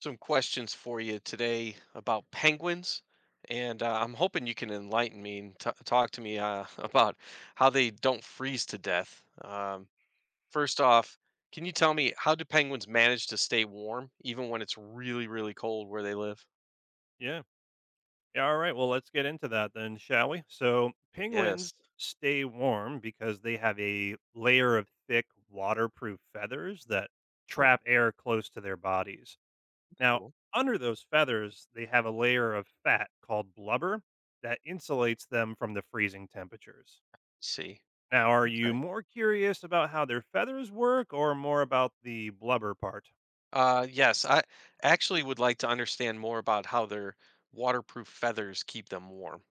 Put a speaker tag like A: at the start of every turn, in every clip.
A: Some questions for you today about penguins, and I'm hoping you can enlighten me and talk to me about how they don't freeze to death. First off, can you tell me how do penguins manage to stay warm even when it's really, really cold where they live?
B: Yeah. Yeah. All right. Well, let's get into that then, shall we? So, penguins
A: Yes.
B: stay warm because they have a layer of thick, waterproof feathers that
A: Oh,
B: trap air close to their bodies. Now,
A: cool.
B: under those feathers, they have a layer of fat called blubber that insulates them from the freezing temperatures.
A: See.
B: Now, are you
A: Okay.
B: more curious about how their feathers work or more about the blubber part?
A: Yes, I actually would like to understand more about how their waterproof feathers keep them warm.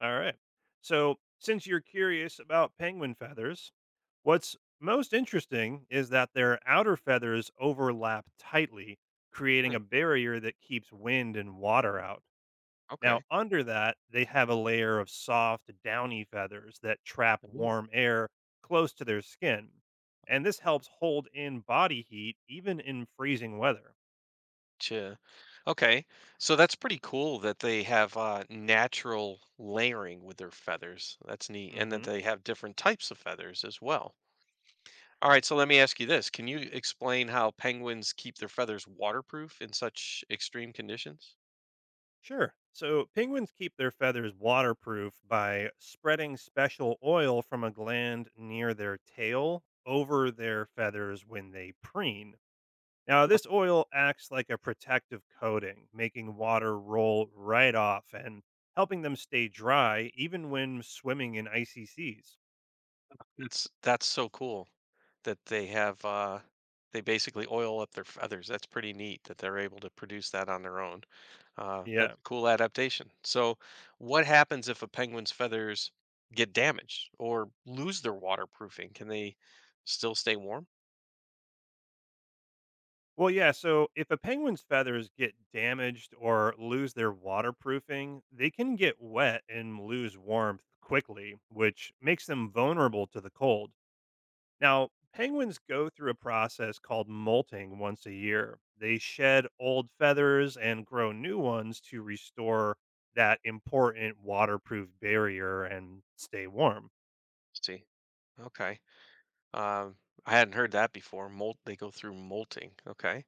B: All right. So, since you're curious about penguin feathers, what's most interesting is that their outer feathers overlap tightly, creating
A: Hmm.
B: a barrier that keeps wind and water out. Now,
A: Okay.
B: under that, they have a layer of soft, downy feathers that trap
A: Cool.
B: warm air close to their skin. And this helps hold in body heat even in freezing weather.
A: Gotcha. Okay. So that's pretty cool that they have natural layering with their feathers. That's neat. And that
B: Mhm.
A: they have different types of feathers as well. All right. So let me ask you this. Can you explain how penguins keep their feathers waterproof in such extreme conditions?
B: Sure. So penguins keep their feathers waterproof by spreading special oil from a gland near their tail over their feathers when they preen. Now, this oil acts like a protective coating, making water roll right off and helping them stay dry even when swimming in icy seas.
A: It's, that's so cool that they have they basically oil up their feathers. That's pretty neat that they're able to produce that on their own.
B: Yeah.
A: That's a cool adaptation. So, what happens if a penguin's feathers get damaged or lose their waterproofing? Can they still stay warm?
B: Well, yeah. So if a penguin's feathers get damaged or lose their waterproofing, they can get wet and lose warmth quickly, which makes them vulnerable to the cold. Now, penguins go through a process called molting once a year. They shed old feathers and grow new ones to restore that important waterproof barrier and stay warm.
A: See, okay. Um, I hadn't heard that before. Molt, they go through molting. Okay.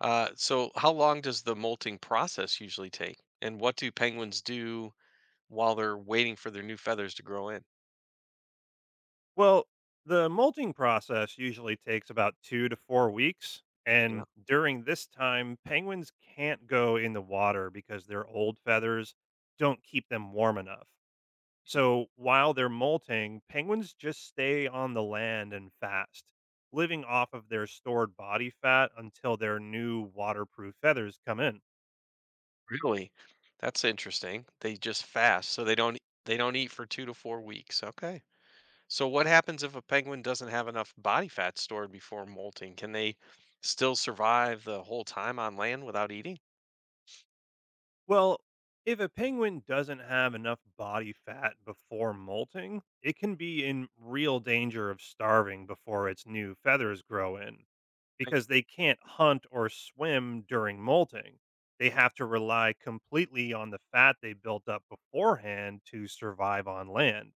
A: So, how long does the molting process usually take? And what do penguins do while they're waiting for their new feathers to grow in?
B: Well, the molting process usually takes about 2 to 4 weeks.
A: Yeah.
B: And during this time, penguins can't go in the water because their old feathers don't keep them warm enough. So while they're molting, penguins just stay on the land and fast, living off of their stored body fat until their new waterproof feathers come in.
A: Really? That's interesting. They just fast, so they don't eat for 2 to 4 weeks. Okay. So what happens if a penguin doesn't have enough body fat stored before molting? Can they still survive the whole time on land without eating?
B: Well, if a penguin doesn't have enough body fat before molting, it can be in real danger of starving before its new feathers grow in
A: Right.
B: because they can't hunt or swim during molting. They have to rely completely on the fat they built up beforehand to survive on land.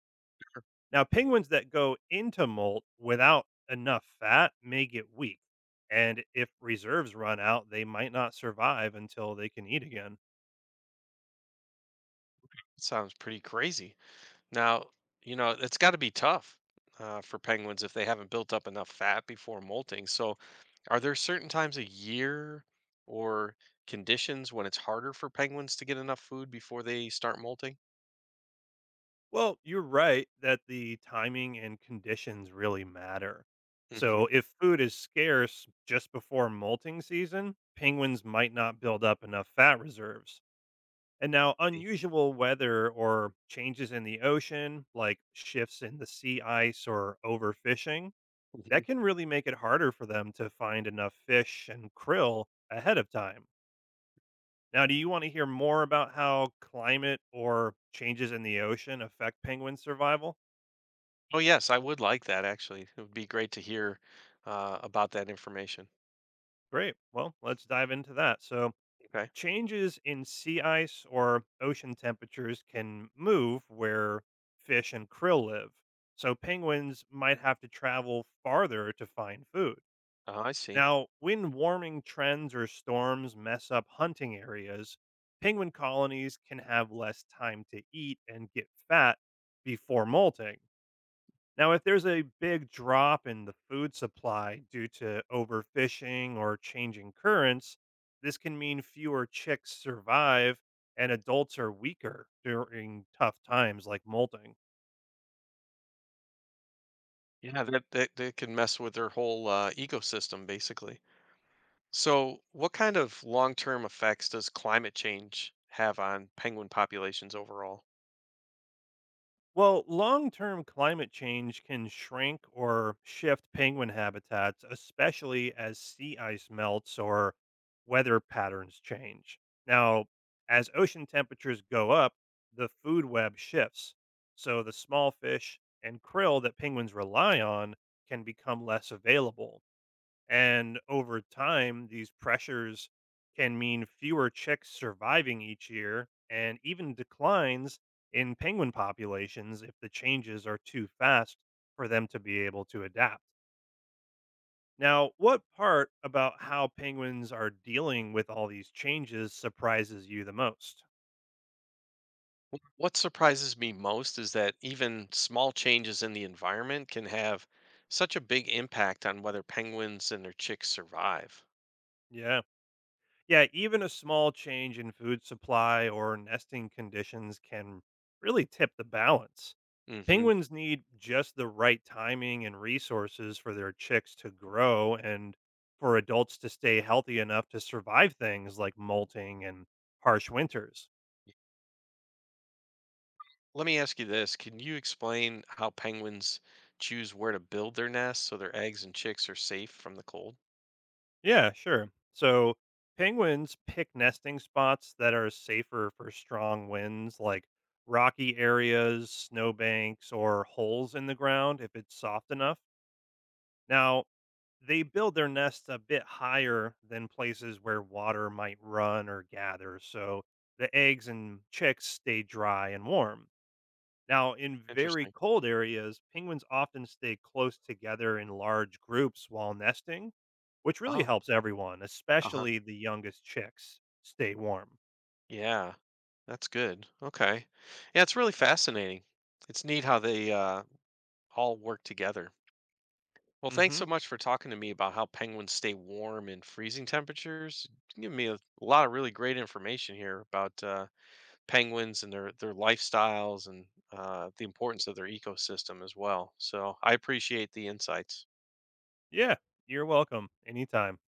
B: Now, penguins that go into molt without enough fat may get weak. And if reserves run out, they might not survive until they can eat again.
A: Sounds pretty crazy. Now, you know, it's got to be tough for penguins if they haven't built up enough fat before molting. So, are there certain times a year or conditions when it's harder for penguins to get enough food before they start molting?
B: Well, you're right that the timing and conditions really matter.
A: Hmm.
B: So, if food is scarce just before molting season, penguins might not build up enough fat reserves. And now, unusual weather or changes in the ocean, like shifts in the sea ice or overfishing,
A: Hmm.
B: that can really make it harder for them to find enough fish and krill ahead of time. Now, do you want to hear more about how climate or changes in the ocean affect penguin survival?
A: Oh, yes, I would like that actually. It would be great to hear about that information.
B: Great. Well, let's dive into that. So,
A: Okay.
B: changes in sea ice or ocean temperatures can move where fish and krill live. So, penguins might have to travel farther to find food.
A: I see.
B: Now, when warming trends or storms mess up hunting areas, penguin colonies can have less time to eat and get fat before molting. Now, if there's a big drop in the food supply due to overfishing or changing currents, this can mean fewer chicks survive and adults are weaker during tough times like molting.
A: Yeah, that can mess with their whole ecosystem basically. So, what kind of long-term effects does climate change have on penguin populations overall?
B: Well, long term climate change can shrink or shift penguin habitats, especially as sea ice melts or weather patterns change. Now, as ocean temperatures go up, the food web shifts. So the small fish and krill that penguins rely on can become less available. And over time, these pressures can mean fewer chicks surviving each year and even declines in penguin populations if the changes are too fast for them to be able to adapt. Now, what part about how penguins are dealing with all these changes surprises you the most?
A: What surprises me most is that even small changes in the environment can have such a big impact on whether penguins and their chicks survive.
B: Yeah, Yeah, even a small change in food supply or nesting conditions can really tip the balance.
A: Hmm.
B: Penguins need just the right timing and resources for their chicks to grow and for adults to stay healthy enough to survive things like molting and harsh winters.
A: Let me ask you this. Can you explain how penguins choose where to build their nests so their eggs and chicks are safe from the cold?
B: Yeah, sure. So, penguins pick nesting spots that are safer for strong winds like rocky areas, snowbanks, or holes in the ground if it's soft enough. Now, they build their nests a bit higher than places where water might run or gather, so the eggs and chicks stay dry and warm. Now, in very
A: Interesting.
B: cold areas, penguins often stay close together in large groups while nesting, which really
A: Oh,
B: helps everyone,
A: uh-huh.
B: especially the youngest chicks, stay warm.
A: Yeah, that's good. Okay. Yeah, it's really fascinating. It's neat how they all work together. Well, thanks
B: Mhm.
A: so much for talking to me about how penguins stay warm in freezing temperatures. You gave me a lot of really great information here about penguins and their lifestyles and the importance of their ecosystem as well. So I appreciate the insights.
B: Yeah, you're welcome. Anytime.